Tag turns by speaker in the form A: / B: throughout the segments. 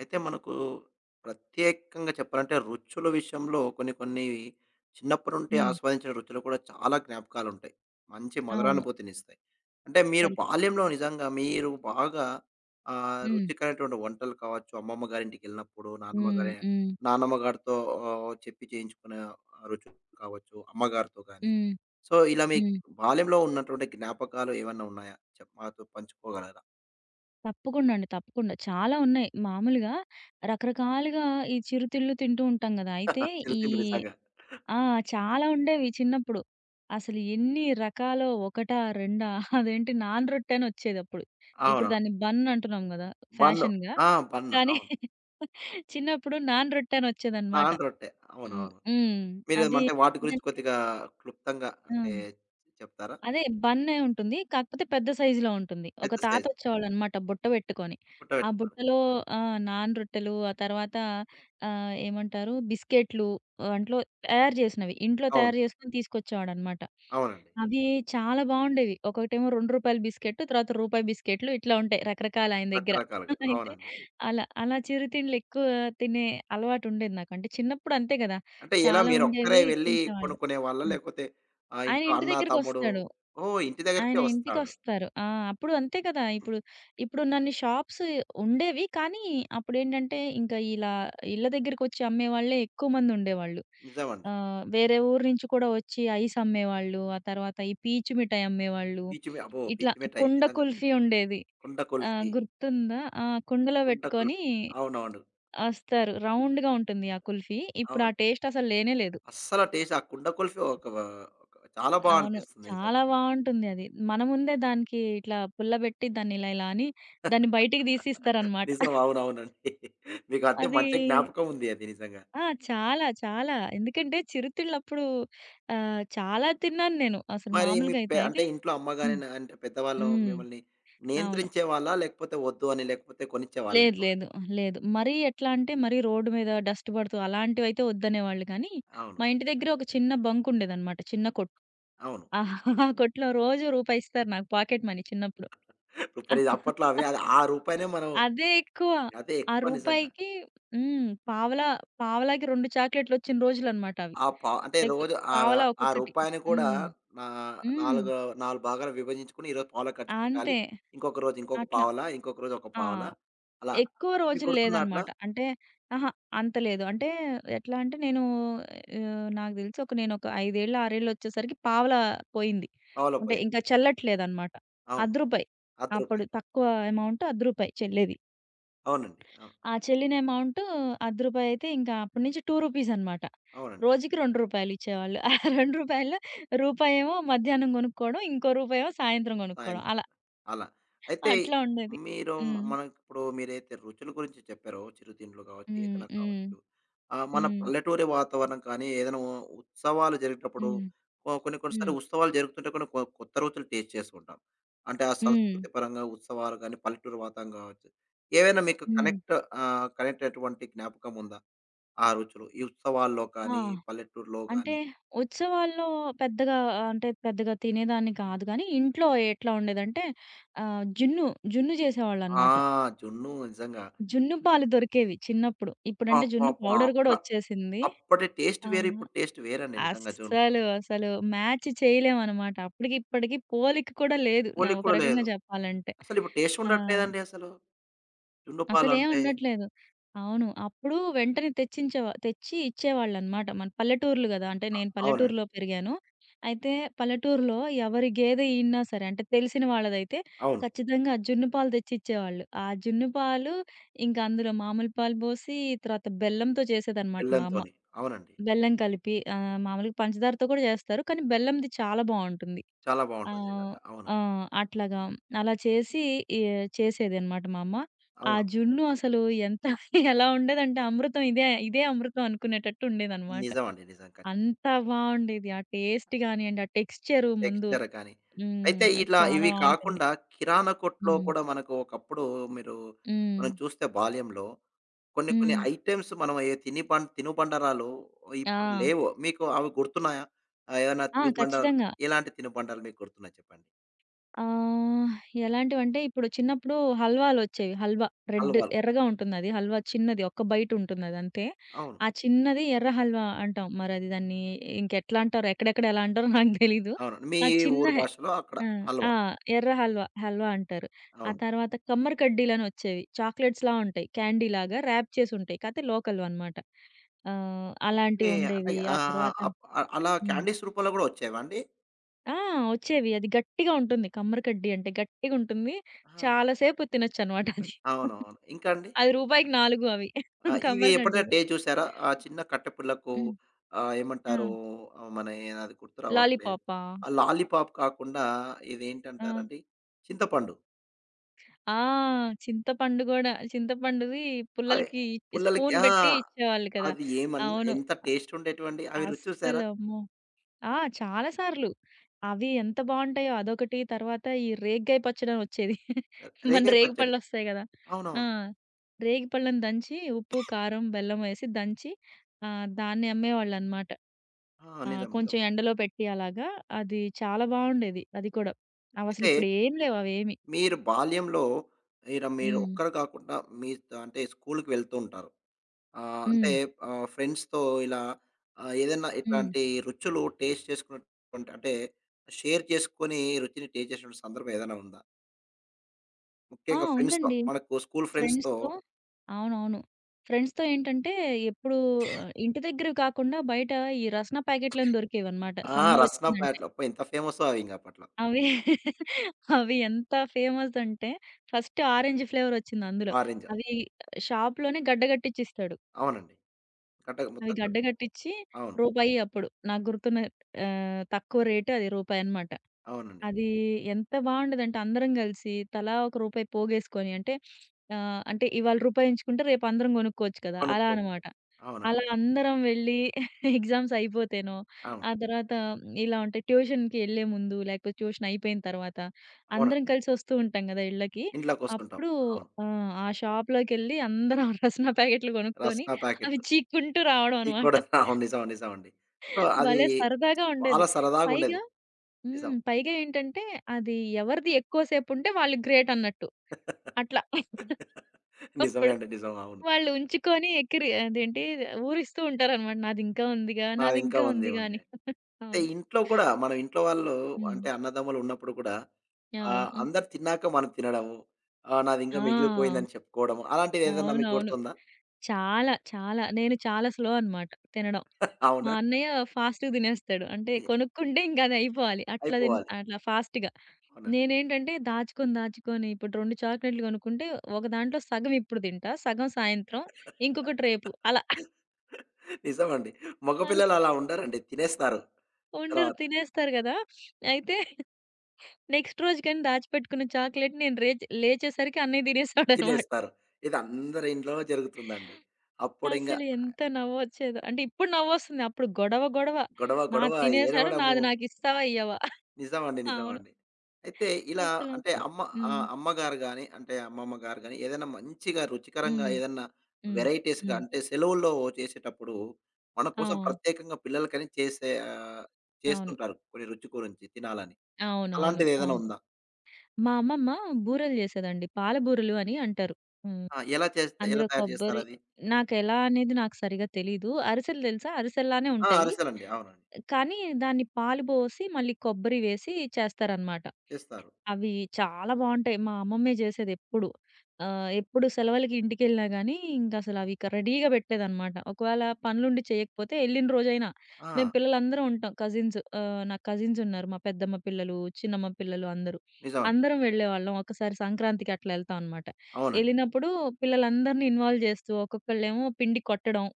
A: అయితే మనకు ప్రత్యేకంగా చెప్పాలంటే రుచుల విషయంలో కొన్ని కొన్ని చిన్నప్పటి నుండి
B: హ్మ్.
A: ఆస్వాదించిన రుచులు కూడా చాలా జ్ఞాపకాలు ఉంటాయి. మంచి
B: అవును.
A: మధురానుభూతినిస్తాయి. అంటే మీరు
B: కల్
A: బాల్యంలో నిజంగా మీరు బాగా
B: హ్మ్.
A: రుచికరమైనటువంటి వంటలు కావచ్చు, అమ్మమ్మ గారింటికెళ్ళినప్పుడు
B: హ్మ్. హ్మ్.
A: నానమ్మ గారితో చెప్పి చేయించుకునే ఆ రుచులు కావచ్చు, అమ్మగారితో గాని.
B: హ్మ్.
A: సో, ఇలా మీ
B: హ్మ్.
A: బాల్యంలో ఉన్నటువంటి జ్ఞాపకాలు ఏమన్నా ఉన్నాయా? మాతో పంచుకోగలరా?
B: తప్పకుండా అండి. తప్పకుండా. చాలా ఉన్నాయి. మామూలుగా రకరకాలుగా ఈ చిరుతిళ్ళు తింటూ ఉంటాం గదా! అయితే ఈ
A: చిరుతిండ్లు నిజంగా.
B: ఆ! చాలా ఉండేవి చిన్నప్పుడు. అసలు ఎన్ని రకాలో ఒకటా? రెండా? అదేంటి నాన్ రొట్టె అనొచ్చేదప్పుడు. ఇప్పుడు
A: అవునవును.
B: దాన్ని బన్ అంటున్నాం గదా!
A: బన్ను.
B: ఫ్యాషన్‌గా.
A: ఆ! బన్.
B: కానీ
A: అవును.
B: చిన్నప్పుడు నాన్ రొట్టె అనొచ్చేదనమాట.
A: నాన్ రొట్టె.
B: హ్మ్.
A: అవునవును.
B: హ్మ్.
A: మీరేం
B: అది
A: అంటే వాటి గురించి
B: ఏంటంటే
A: కొద్దిగా క్లుప్తంగా అంటే
B: ఆ!
A: చెప్తారా?
B: అదే బన్నే ఉంటుంది. కాకపోతే పెద్ద సైజులో ఉంటుంది. ఒక
A: పెద్ద సైజ్
B: తాతొచ్చేవాళ్ళనమాట బుట్ట పెట్టుకొని. ఆ
A: పుట్టబెట్టుకోవాలి.
B: బుట్టలో నాన్ రొట్టెలు, ఆ తర్వాత ఏమంటారు బిస్కెట్లు అంట్లో తయారు చేసినవి. ఇంట్లో
A: అవును.
B: తయారు చేసుకొని తీసుకొచ్చేవాడనమాట.
A: అవునండి.
B: అవి చాలా బావుండేవి. ఒకటేమో రూ. 2 బిస్కెట్, తర్వాత రూపాయి బిస్కెట్లు ఇట్లా ఉంటాయి రకరకాలు ఆయన దగ్గర.
A: రకరకాలుగా.
B: అయితే
A: అవునండి.
B: అలా, అలా చిరుతిండ్లెక్కువ తినే అలవాటుండేది నాకు. అంటే చిన్నప్పుడు అంతే కదా!
A: అంటే ఎలా
B: చాలా
A: మీరొక్కరే
B: ఉండేవి
A: వెళ్లి
B: ఇప్పించేవాళ్ళు.
A: కొనుక్కునేవాళ్ళా?
B: హ్మ్.
A: లేకపోతే
B: ఆయన
A: ఇంట్లో
B: ఇంటి
A: అన్న, తమ్ముడు.
B: దగ్గరికొస్తాడు.
A: ఓహ్! ఇంటి దగ్గరికే
B: ఆయన
A: వస్తాడు.
B: ఇంటికొస్తారు. ఆ! అప్పుడు అంతే కదా! ఇప్పుడు ఇప్పుడున్నన్ని షాప్స్ ఉండేవి. కానీ అప్పుడేంటంటే, ఇంకా ఇలా ఇళ్ళ దగ్గరికొచ్చి అమ్మేవాళ్ళే ఎక్కువ మందుండేవాళ్ళు.
A: నిజమండి.
B: వేరే ఊరు నుంచి కూడా వచ్చి ఐస్ అమ్మేవాళ్ళు. ఆ తర్వాత ఈ పీచు మిఠాయి అమ్మేవాళ్ళు.
A: పీచు మి అబ్బో!
B: ఇట్లా
A: పీచు మిఠాయి
B: కుండ
A: నిజంగా.
B: కుల్ఫీ ఉండేది.
A: కుండ
B: ఆ!
A: కుల్ఫీ,
B: గుర్తుందా? ఆ! కుండలో
A: కుండ కుల్ఫీ.
B: పెట్టుకొని
A: అవునవును.
B: వస్తారు. రౌండ్‌గా ఉంటుంది ఆ కుల్ఫీ. ఇప్పుడు
A: అవును.
B: ఆ టేస్ట్ అసలు లేనే లేదు.
A: అస్సల టేస్ట్ ఆ కుండ కుల్ఫీ ఒక చాలా
B: అవును.
A: అనిపిస్తుంది నిజంగా.
B: చాలా బావుంటుంది అది. మన ముందే దానికి ఇట్లా పుల్లబెట్టి దాన్ని ఇలా ఇలా అని దాన్ని బయటికి తీసి ఇస్తారనమాట.
A: నిజం. అవునవునండి. మీకంతే
B: అది
A: మంచి జ్ఞాపకం ఉంది అది నిజంగా.
B: ఆ! చాలా చాలా. ఎందుకంటే చిరుతిళ్ళప్పుడు చాలా తిన్నాను నేను. అసలు
A: మరి మీ
B: మామూలుగా అయితే
A: అంటే
B: అయితే
A: ఇంట్లో అమ్మ గాని
B: హ్మ్.
A: అంటే పెద్దవాళ్ళు
B: హ్మ్.
A: మిమ్మల్ని
B: అవును.
A: నియంత్రించేవాళ్ళా? లేకపోతే వద్దు అని లేకపోతే కొనిచ్చేవాళ్ళా
B: లేదు
A: ఎక్కువ?
B: లేదు. లేదు. మరీ ఎట్లా అంటే మరీ రోడ్డు మీద డస్ట్ పడుతూ అలాంటివైతే వద్దనేవాళ్ళు కానీ,
A: అవును.
B: మా ఇంటి దగ్గర ఒక చిన్న బంకుండేదనమాట. చిన్న కొట్టు.
A: అవును.
B: ఆ ఆ కొట్లో రోజు రూపాయి ఇస్తారు నాకు పాకెట్ మనీ చిన్నప్పుడు.
A: రూపాయి ఇది అప్పట్లో అవి అది ఆ రూపాయినే మనం.
B: అదే ఎక్కువ.
A: అదే
B: ఆ
A: ఎక్కువ నిజంగా.
B: రూపాయికి హ్మ్. పావలా పావలాకి 2 చాక్లెట్‌లొచ్చిన రోజులనమాట అవి.
A: ఆ పా అంటే
B: లైక్
A: రోజు
B: పావలా
A: ఆ
B: ఒక్కొక్కటి.
A: రూపాయిని కూడా
B: హ్మ్.
A: నా
B: హ్మ్.
A: నాలుగు 4 భాగాలు విభజించుకొని ఈరోజు పావలా ఖర్చు పెట్టాలి.
B: అంతే.
A: ఇంకొక రోజు ఇంకొక
B: అట్లా.
A: పావలా, ఇంకొక రోజు ఒక
B: ఆ!
A: పావలా అలా.
B: ఎక్కువ
A: మీకు
B: రోజులు
A: గుర్తుందా అట్లా?
B: లేదనమాట. అంటే అహా! అంత లేదు. అంటే ఎట్లా అంటే నేను నాకు తెలిసి నేనొక 5 ఏళ్ళు, 6 ఏళ్ళు వచ్చేసరికి పావలా పోయింది.
A: పావలా
B: అంటే
A: పోయింది.
B: ఇంకా చెల్లట్లేదనమాట.
A: అవును.
B: రూ. 1
A: అర్ధ
B: అప్పుడు
A: రూపాయి.
B: తక్కువ అమౌంట్ రూ. 1 చెల్లేది.
A: అవునండి. అవును.
B: ఆ చెల్లిన అమౌంట్ రూ. 10 అయితే ఇంకా అప్పటి నుంచి రూ. 2 అన్నమాట.
A: అవునండి.
B: రోజుకి రూ. 2 ఇచ్చేవాళ్ళు. ఆ రూ. 2లో రూపాయేమో మధ్యాహ్నం కొనుక్కోవడం. ఇంకో రూపాయేమో సాయంత్రం
A: సాయం
B: కొనుక్కోవడం. అలా
A: చేద్దాం. అలా. అయితే
B: అట్లా ఉండేది.
A: మీరు
B: హ్మ్.
A: మనకిప్పుడు మీరైతే రుచుల గురించి చెప్పారో, చిరుతిండ్లు కావచ్చు,
B: హ్మ్.
A: ఏదైనా
B: హ్మ్.
A: కావచ్చు. మన
B: హ్మ్.
A: పల్లెటూరి వాతావరణం కానీ, ఏదైనా ఉత్సవాలు జరిగేటప్పుడు
B: హ్మ్.
A: కొన్ని కొన్ని సార్లు
B: హ్మ్.
A: ఉత్సవాలు జరుగుతుంటే కొన్ని కొత్త రుచులు టేస్ట్ చేస్తుంటాం. అంటే ఆ
B: హ్మ్.
A: సంస్కృతి పరంగా ఉత్సవాలు గానీ, పల్లెటూరు వాతావరణం కావచ్చు. ఏవైనా మీకు
B: హ్మ్.
A: కనెక్ట్ అయినటువంటి జ్ఞాపకం ఉందా? ఆ రుచులు ఈ ఉత్సవాల్లో
B: ఆ!
A: కానీ, పల్లెటూరులో
B: అంటే
A: గానీ?
B: ఉత్సవాల్లో పెద్దగా అంటే పెద్దగా తినేదాన్ని కాదు గానీ, ఇంట్లో ఎట్లా ఉండేదంటే జున్ను, జున్ను
A: ఆ!
B: చేసేవాళ్ళన్నమాట.
A: జున్ను నిజంగా.
B: జున్ను పాలు దొరికేవి చిన్నప్పుడు. ఇప్పుడంటే జున్ను
A: అబ్బబ్బా!
B: పౌడర్ కూడా వచ్చేసింది.
A: అప్పటి టేస్ట్ వేరు.
B: ఆహా!
A: ఇప్పుడు టేస్ట్ వేరండి నిజంగా.
B: అస్సలు, అసలు మ్యాచ్ చేయలేమనమాట. అప్పటికి, ఇప్పటికి పోలిక కూడా లేదు.
A: పోలిక
B: ఒక
A: కూడా
B: రకంగా
A: లేదు.
B: చెప్పాలంటే.
A: అసలిప్పుడు టేస్ట్
B: ఆ!
A: ఉండట్లేదండి అసలు. జున్ను
B: అసలేం
A: పాలంటే
B: ఉండట్లేదు. అవును. అప్పుడు వెంటనే తెచ్చి ఇచ్చేవాళ్ళనమాట. మన పల్లెటూర్లు గదా! అంటే నేను
A: అవునండి.
B: పల్లెటూరులో పెరిగాను. అయితే పల్లెటూరులో ఎవరి గేదె ఈనినా సరే, అంటే తెలిసిన వాళ్ళదైతే
A: అవును.
B: ఖచ్చితంగా జున్ను పాలు తెచ్చిచ్చేవాళ్ళు. ఆ జున్ను పాలు, ఇంక అందులో మామూలు పాలు పోసి, తర్వాత బెల్లంతో చేసేదనమాట మా అమ్మ.
A: బెల్లంతోని. అవునండి.
B: బెల్లం కలిపి మామూలుగా పంచదారతో కూడా జేస్తారు. కానీ బెల్లంది చాలా బావుంటుంది.
A: చాలా బావుంటది
B: ఆహ్.
A: నిజంగా. అవును.
B: ఆ! అట్లాగా అలా చేసి ఎ చేసేదనమాట మా అమ్మ. ఆ
A: అవును.
B: జున్ను అసలు ఎంత ఎలా ఉండేదంటే అమృతం ఇదే, ఇదే అమృతం అనుకునేటట్టు ఉండేదనమాట.
A: నిజమండి. నిజం.
B: అంత బావుండేది. ఆ టేస్ట్ గానియండి, ఆ టెక్స్చరు ముందు
A: టెక్స్చర్ కానీ. అయితే
B: హ్మ్.
A: ఇట్లా
B: చాలా
A: ఇవి
B: బావుంటుంది.
A: కాకుండా కిరాణా కొట్లో
B: హ్మ్.
A: కూడా మనకు ఒకప్పుడు మీరు
B: హ్మ్.
A: మనం చూస్తే బాల్యంలో కొన్ని కొన్ని
B: హ్మ్.
A: ఐటెమ్స్ మనం ఏ తిని పం తినుబండరాలు
B: ఆ!
A: ఇప్పుడు లేవు. మీకు అవి గుర్తున్నాయా? ఏమైనా
B: ఆ!
A: తినుబండాలు
B: ఖచ్చితంగా.
A: ఎలాంటి తినుబండాలు మీకు గుర్తున్నాయి చెప్పండి?
B: ఆహ్, ఎలాంటివంటే ఇప్పుడు చిన్నప్పుడు హల్వాలొచ్చేవి. హల్వా రెడ్
A: హల్వాలు.
B: ఎర్రగా ఉంటుందది. హల్వా చిన్నది ఒక్క బైటుంటుందదంతే.
A: అవును.
B: ఆ చిన్నది ఎర్ర హల్వా అంటాం. మరది దాన్ని ఇంకెట్లా అంటారో, ఎక్కడెక్కడ ఎలా అంటారో నాకు తెలీదు.
A: అవును. మీ
B: ఆ చిన్న
A: ఊరు
B: హె
A: భాషలో అక్కడ
B: ఆ! ఆ!
A: హల్వా.
B: ఎర్ర హల్వా, హల్వా అంటారు. ఆ
A: అవును.
B: తర్వాత కమ్మరి కడ్డీలనొచ్చేవి. చాక్లెట్స్‌లా ఉంటాయి. క్యాండీలాగా ర్యాప్ చేసుంటాయి. కాతే లోకల్‌వనమాట.
A: ఓకే. అంటే
B: అలాంటివుండేవి. ఆ తర్వాత
A: అప్ అ అలా
B: హ్మ్.
A: క్యాండీస్ రూపంలో గూడా వచ్చేవా అండి?
B: ఆ! వచ్చేవి. అది గట్టిగా ఉంటుంది. కమ్మరి కడ్డీ అంటే గట్టిగుంటుంది.
A: ఆ!
B: చాలా సేపు తినొచ్చనమాట అది.
A: అవునవును. ఇంకా అండి?
B: అది రూపాయికి 4 అవి.
A: ఆ! ఇవి
B: కమ్మరి
A: ఎప్పుడైనా
B: కడ్డీలు.
A: టేస్ట్ చూసారా? ఆ చిన్న కట్టెపుల్లకు
B: హ్మ్. ఆ!
A: ఏమంటారు? ఆహ్, మన అది గుర్తు రావట్లేదు.
B: లాలీపాపా?
A: ఆ లాలీపాప్ కాకుండా
B: ఆ!
A: ఇదేంటంటారండి? చింతపండు.
B: ఆ! చింతపండు గూడా. చింతపండుది
A: అవి
B: పుల్లలకి
A: పుల్లలకి
B: స్పూన్
A: ఆ!
B: పెట్టి ఇచ్చేవాళ్ళు కదా!
A: అది
B: అవును.
A: ఎంత టేస్ట్ ఉండేటివండి. అవి రుచి చూసారా?
B: అస్సలు అమ్మో! ఆ! చాలా సార్లు. అవి ఎంత బావుంటాయో అదొకటి. తర్వాత ఈ రేగ్గాయ పచ్చడని వచ్చేది. మన
A: రేగాయి
B: రేగి
A: పచ్చడి.
B: పళ్ళొస్తాయి గదా! ఆ!
A: అవునవును.
B: రేగి పళ్ళని దంచి ఉప్పు, కారం, బెల్లం వేసి దంచి దాన్ని అమ్మేవాళ్ళనమాట.
A: ఆ! నిజం. నిజం.
B: కొంచెం ఎండలో పెట్టి అలాగా. అది చాలా బావుండేది అది కూడా.
A: అయితే
B: అవసలిప్పుడు ఏం లేవు అవేమి.
A: మీరు బాల్యంలో ఇలా మీరు
B: హ్మ్.
A: ఒక్కరు కాకుండా మీ అంటే స్కూల్‌కి వెళ్తూ ఉంటారు. అంటే
B: హ్మ్.
A: ఫ్రెండ్స్‌తో ఇలా ఏదైనా
B: హ్మ్.
A: ఇట్లాంటి రుచులు టేస్ట్ చేసుకున్నటువంటి అంటే షేర్ చేసుకొని రుచిని టేస్ట్ చేసినటువంటి సందర్భం ఏదైనా ఉందా?
B: ఆ!
A: ముఖ్యంగా ఫ్రెండ్స్‌తో
B: ఉందండి.
A: మనకు స్కూల్ ఫ్రెండ్స్‌తో.
B: ఫ్రెండ్స్‌తో అవునవును. ఫ్రెండ్స్‌తో ఏంటంటే ఎప్పుడు ఇంటి దగ్గరవి కాకుండా బయట ఈ రస్నా ప్యాకెట్‌లని దొరికేవన్నమాట.
A: ఆ! రస్నా
B: సమ్మరొచ్చిందంటే.
A: ప్యాట్లు అబ్బా! ఎంత ఫేమస్సో అవి ఇంక అప్పట్లో.
B: అవి అవి ఎంత ఫేమస్ అంటే ఫస్ట్ ఆరెంజ్ ఫ్లేవర్ వచ్చింది అందులో.
A: ఆరెంజ్
B: అవి షాప్‌లోనే గడ్డ కట్టిచ్చిస్తాడు.
A: అవునండి. కట్టక
B: అవి
A: ముక్కక
B: గడ్డ కట్టిచ్చి
A: అవును.
B: రూపాయి అప్పుడు నాకు గుర్తున్న తక్కువ రేటు అది రూపాయన్నమాట.
A: అవునండి.
B: అది ఎంత బావుండేదంటే అందరం గలిసి తలా ఒక రూపాయి పోగేసుకొని అంటే అంటే ఇవాళ రూపాయించుకుంటే రేపు అందరం గొనుక్కోవచ్చు కదా! అలా
A: కొనుక్కోవచ్చు.
B: అనమాట. అలా
A: అవునండి.
B: అందరం వెళ్ళి ఎగ్జామ్స్ అయిపోతేనో,
A: అవును.
B: ఆ తర్వాత ఇలా ఉంటాయి ట్యూషన్‌కి ఎళ్ళే ముందు లేకపోతే ట్యూషన్ అయిపోయిన తర్వాత అందరం
A: అవునండి.
B: కలిసి వస్తూ ఉంటాం గదా! ఇళ్ళకి.
A: ఇంట్లోకొస్తుంటాం.
B: అప్పుడు
A: అవును.
B: ఆ షాప్‌లోకెళ్ళి అందరం రస్నా ప్యాకెట్లు గొనుక్కొని
A: రస్నా ప్యాకెట్.
B: అవి చీక్కుంటూ రావడం
A: మీకు
B: అనమాట.
A: కూడా అవును. నిజం. నిజమండి. సో, అది
B: భలే సరదాగా ఉండేది.
A: చాలా సరదాగుండేది.
B: పైగా
A: నిజం.
B: హ్మ్. పైగా ఏంటంటే, అది ఎవరిది ఎక్కువ సేపుంటే వాళ్ళు గ్రేట్ అన్నట్టు. అట్లా.
A: నిజమే
B: అప్పుడు
A: అండి. నిజం. అవును.
B: వాళ్ళు ఉంచుకొని ఎక్కిరి అదేంటి ఊరిస్తూ ఉంటారనమాట. నాదింకా ఉందిగా,
A: నాది ఇంకా
B: నాదింకా
A: ఉంది.
B: ఉందిగా
A: ఉంది.
B: అని.
A: అయితే
B: అవును.
A: ఇంట్లో కూడా మనం ఇంట్లో వాళ్ళు
B: హ్మ్.
A: అంటే అన్నదమ్ములు ఉన్నప్పుడు కూడా
B: అవును. హ్మ్.
A: అందరు తిన్నాక మనం తినడము. నాది ఇంకా
B: ఆ!
A: మిగిలిపోయిందని చెప్పుకోవడము. అలాంటిది ఏదన్నా మీకు
B: అవునవును.
A: గుర్తుందా?
B: చాలా, చాలా. నేను చాలా స్లో అనమాట తినడం. మా
A: అవునా?
B: అన్నయ్య ఫాస్ట్‌గా తినేస్తాడు. అంటే కొనుక్కుంటే ఇంక అది అయిపోవాలి.
A: అయిపోవాలి.
B: అట్లా ఫాస్ట్‌గా.
A: అవునండి.
B: నేనేంటంటే దాచుకొని, దాచుకొని ఇప్పుడు 2 చాక్లెట్‌లు కొనుక్కుంటే ఒక దాంట్లో సగం ఇప్పుడు తింటా. సగం సాయంత్రం. ఇంకొకటి రేపు. అలా
A: నిజమండి.
B: అలా
A: మగపిల్లలు అలా ఉండరండి. తినేస్తారు.
B: ఉండరు
A: తర్వాత
B: తినేస్తారు గదా! అయితే నెక్స్ట్ రోజు కానీ దాచిపెట్టుకున్న చాక్లెట్ నేను లేచేసరికి అన్నయ్య తినేసాడనమాట.
A: తినేస్తారు. ఇది అందరి ఇంట్లో జరుగుతుందండి. అప్పుడింగ
B: అసలు ఎంత నవ్వొచ్చేదో. అంటే ఇప్పుడు నవ్వొస్తుంది. అప్పుడు గొడవ గొడవ.
A: గొడవ, గొడవ
B: నాది తినేసాడు.
A: ఏడవడము.
B: నాది నాకిస్తావా? ఇయ్యవా?
A: నిజమండి.
B: అవును.
A: నిజమండి. అయితే ఇలా అంటే
B: అసలప్పుడు. హ్మ్.
A: అమ్మగారు గాని, అంటే అమ్మమ్మ గారు గాని ఏదైనా మంచిగా రుచికరంగా
B: హ్మ్.
A: ఏదన్నా
B: హ్మ్.
A: వెరైటీస్‌గా
B: హ్మ్.
A: అంటే సెలవుల్లో చేసేటప్పుడు మన
B: ఆ!
A: కోసం ప్రత్యేకంగా పిల్లలకని
B: అవును.
A: చేస్తుంటారు. కొన్ని రుచి గురించి తినాలని.
B: అవునవును.
A: అలాంటిది ఏదైనా
B: అవును.
A: ఉందా?
B: మా అమ్మమ్మ బూరెలు జేసేదండి. పాల బూరెలు అని అంటారు. హ్మ్.
A: ఆ! ఎలా
B: అందులో
A: తయారు
B: కొబ్బరి
A: చేస్తారది?
B: నాకెలా అనేది నాకు సరిగ్గా తెలీదు. అరిసెలు తెలుసా? అరిసెల్లానే
A: ఆ!
B: ఉంటాయి.
A: అరిసెలండి. అవునండి.
B: కానీ దాన్ని పాలు బోసి మళ్ళీ కొబ్బరి వేసి చేస్తారనమాట.
A: చేస్తారు.
B: అవి చాలా బావుంటాయి. మా అమ్మమ్మే జేసేదెప్పుడు. ఎప్పుడు సెలవులకి ఇంటికెళ్ళినా గానీ, ఇంకసలు అవి రెడీగా పెట్టేదనమాట. ఒకవేళ పనులుండి చేయకపోతే ఎళ్ళిన రోజైనా,
A: ఆ!
B: మేము పిల్లలందరం ఉంటాం కజిన్స్. నాకు కజిన్సున్నారు. మా పెద్దమ్మ పిల్లలు, చిన్నమ్మ పిల్లలు అందరూ.
A: నిజమండి.
B: అందరం వెళ్ళేవాళ్ళం. ఒకసారి సంక్రాంతికి అట్లా ఎళ్తాం అనమాట.
A: అవునండి.
B: ఎళ్ళినప్పుడు పిల్లలందరిని ఇన్వాల్వ్ జేస్తూ, ఒక్కొక్కళ్ళేమో పిండి కొట్టడం.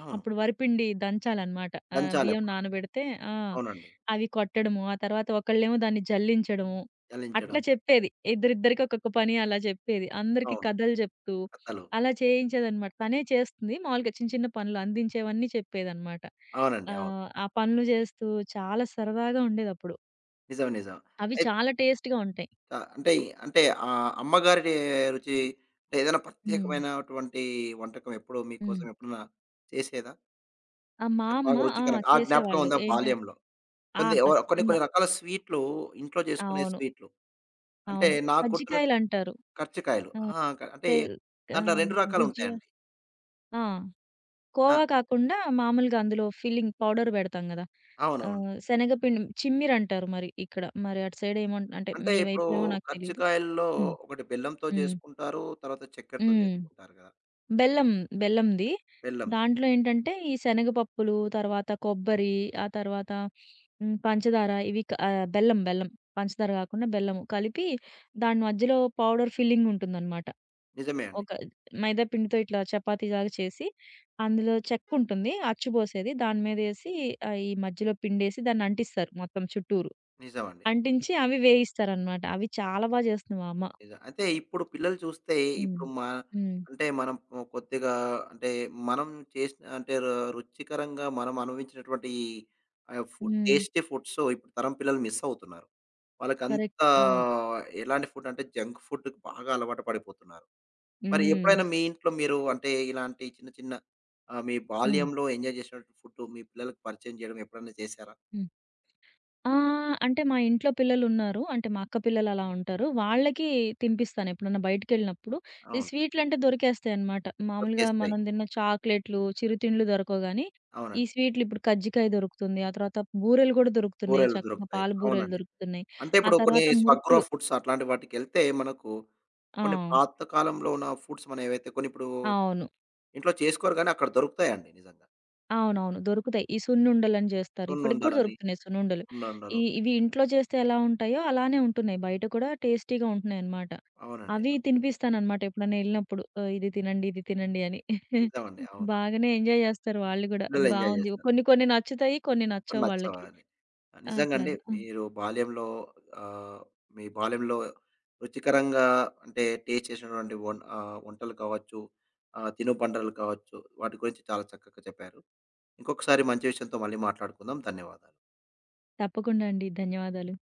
A: అవును.
B: అప్పుడు వరిపిండి దంచాలనమాట. బియ్యం
A: దంచాలప్పుడు.
B: నానబెడితే ఆ!
A: అవునండి.
B: అవి కొట్టడము, ఆ తర్వాత ఒకళ్ళేమో దాన్ని జల్లించడము. అట్లా
A: చలించడం.
B: చెప్పేది. ఇద్దరిద్దరికి ఒక్కొక్క పని అలా చెప్పేది. అందరికీ
A: అవును.
B: కథలు చెప్తూ
A: కథలు.
B: అలా చేయించేదనమాట. తనే చేస్తుంది. మామూలుగా చిన్న చిన్న పనులు అందించేవన్నీ చెప్పేదనమాట.
A: అవునండి. అవును.
B: ఆ పనులు చేస్తూ చాలా సరదాగా ఉండేదప్పుడు.
A: నిజం. నిజం.
B: అవి
A: అయిత్
B: చాలా టేస్ట్‌గా ఉంటాయి.
A: అంటే అంటే అమ్మగారి రుచి అంటే ఏదైనా
B: హ్మ్.
A: ప్రత్యేకమైనటువంటి వంటకం ఎప్పుడూ
B: హ్మ్.
A: మీకోసం ఎప్పుడన్నా చేసేదా?
B: ఆ! మా
A: అంటే
B: అమ్మ
A: బాగా
B: ఆ!
A: రుచికరంగా ఆ జ్ఞాపకం
B: చేసేవాళ్ళు.
A: ఉందా
B: ఏంటంటే
A: బాల్యంలో?
B: ఆ!
A: కొన్ని
B: ఖచ్చితంగా.
A: కొన్ని రకాల స్వీట్లు ఇంట్లో చేసుకునే
B: అవును.
A: స్వీట్లు. అంటే
B: అవును.
A: నాకు గుర్తున్న
B: కజ్జికాయలంటారు.
A: కర్జికాయలు.
B: ఆ!
A: ఆ! అంటే
B: తెల్ ఆ!
A: దాంట్లో 2
B: గుజ్జియా
A: రకాలుంటాయండి.
B: ఆ!
A: ఆ!
B: కోవా కాకుండా మామూలుగా అందులో ఫిల్లింగ్ పౌడర్ పెడతాం గదా!
A: అవునవును.
B: శనగపిండి చిమ్మిరంటారు మరి ఇక్కడ. మరి అటు సైడ్ ఏమో అంటే
A: అంటే
B: మీ
A: ఇప్పుడు
B: వైపేమో నాకు తెలీదు.
A: కర్జికాయల్లో
B: హ్మ్.
A: ఒకటి బెల్లంతో
B: హ్మ్.
A: చేసుకుంటారు. తర్వాత చక్కెరతో
B: హ్మ్.
A: చేసుకుంటారు కదా!
B: బెల్లం బెల్లంది.
A: బెల్లంది.
B: దాంట్లో ఏంటంటే ఈ శనగపప్పులు, తర్వాత కొబ్బరి, ఆ తర్వాత హ్మ్, పంచదార ఇవి క ఆహ్, బెల్లం బెల్లం. పంచదార కాకుండా బెల్లము కలిపి దాని మధ్యలో పౌడర్ ఫిల్లింగ్ ఉంటుందనమాట.
A: నిజమే అండి.
B: ఒక మైదా పిండితో ఇట్లా చపాతీలాగా చేసి, అందులో చెక్కుంటుంది. అచ్చు పోసేది. దాని మీదేసి ఈ మధ్యలో పిండేసి దాన్ని అంటిస్తారు మొత్తం చుట్టూరు.
A: నిజమండి.
B: అంటించి అవి వేయిస్తారనమాట. అవి చాలా బా చేస్తుంది మా అమ్మ.
A: నిజం. అయితే ఇప్పుడు పిల్లలు చూస్తే
B: హ్మ్.
A: ఇప్పుడు
B: హ్మ్.
A: అంటే మనం కొద్దిగా అంటే మనం చేసిన అంటే రుచికరంగా మనం అనుభవించినటువంటి
B: హ్మ్.
A: టేస్టీ ఫుడ్స్ ఇప్పుడు తరం పిల్లలు మిస్ అవుతున్నారు.
B: కరెక్ట్.
A: వాళ్ళకంతా
B: అవును.
A: ఎలాంటి ఫుడ్ అంటే జంక్ ఫుడ్‌కి బాగా అలవాటు పడిపోతున్నారు. మరి
B: హ్మ్.
A: ఎప్పుడైనా మీ ఇంట్లో మీరు అంటే ఇలాంటి చిన్న చిన్న మీ
B: హ్మ్.
A: బాల్యంలో ఎంజాయ్ చేసినటువంటి ఫుడ్ మీ పిల్లలకి పరిచయం చేయడం ఎప్పుడైనా చేశారా?
B: హ్మ్. ఆ! అంటే మా ఇంట్లో పిల్లలున్నారు. అంటే మా అక్క పిల్లలు అలా ఉంటారు. వాళ్ళకి తినిపిస్తాను ఎప్పుడన్నా బయటికెళ్ళినప్పుడు. ఈ
A: అవును.
B: స్వీట్‌లంటే దొరికేస్తాయన్నమాట. మామూలుగా
A: దొరికేస్తాయి.
B: మనం తిన్న చాక్లెట్‌లు, చిరుతిండ్లు దొరకవు గానీ, ఈ
A: అవునండి.
B: స్వీట్‌లు ఇప్పుడు కజ్జికాయ దొరుకుతుంది. ఆ తర్వాత బూరెలు గూడా దొరుకుతున్నాయి.
A: బూరెలు
B: చక్కగా
A: దొరుకుతాయి.
B: పాల బూరెలు
A: అవునండి.
B: దొరుకుతున్నాయి.
A: అంటే
B: ఆ
A: ఇప్పుడు కొన్ని
B: తర్వాత
A: స్వగ్రా
B: మురుకులు.
A: ఫుడ్స్ అట్లాంటి వాటికెళ్తే మనకు
B: ఆ!
A: కొన్ని పాత కాలంలో ఉన్న ఫుడ్స్ మనం ఏవైతే కొన్ని ఇప్పుడు
B: అవును.
A: ఇంట్లో చేసుకోరు గానీ అక్కడ దొరుకుతాయండి నిజంగా.
B: అవునవును. దొరుకుతాయి. ఈ సున్నుండలని జేస్తారు. ఇప్పటికి గూడా
A: సున్నుండలని,
B: దొరుకుతున్నాయి సున్నుండలు. ఈ
A: సున్నుండలు.
B: ఇవి ఇంట్లో జేస్తే ఎలా ఉంటాయో అలానే ఉంటున్నాయి. బయట కూడా టేస్టీగా ఉంటున్నాయన్నమాట.
A: అవునండి.
B: అవి తినిపిస్తానన్నమాట ఎప్పుడైనా ఎళ్ళినప్పుడు. ఇది తినండి, ఇది తినండి అని.
A: నిజమండి. అవును.
B: బాగానే ఎంజాయ్ జేస్తారు వాళ్ళు గూడా.
A: పిల్లలు ఎంజాయ్
B: బావుంది.
A: చేస్తారు.
B: కొన్ని కొన్ని నచ్చుతాయి. కొన్ని
A: కొన్ని
B: నచ్చవు
A: నచ్చవా
B: వాళ్ళకి.
A: అని. నిజంగండి
B: అట్లాగా. ఆ!
A: ఆహ్, మీ బాల్యంలో రుచికరంగా అంటే టేస్ట్ చేసినటువంటి వంటలు కావచ్చు, తినుబండలు కావచ్చు, వాటి గురించి చాలా చక్కగా చెప్పారు. ఇంకొకసారి మంచి విషయంతో మళ్ళీ మాట్లాడుకుందాం. ధన్యవాదాలు.
B: తప్పకుండా అండి. ధన్యవాదాలు.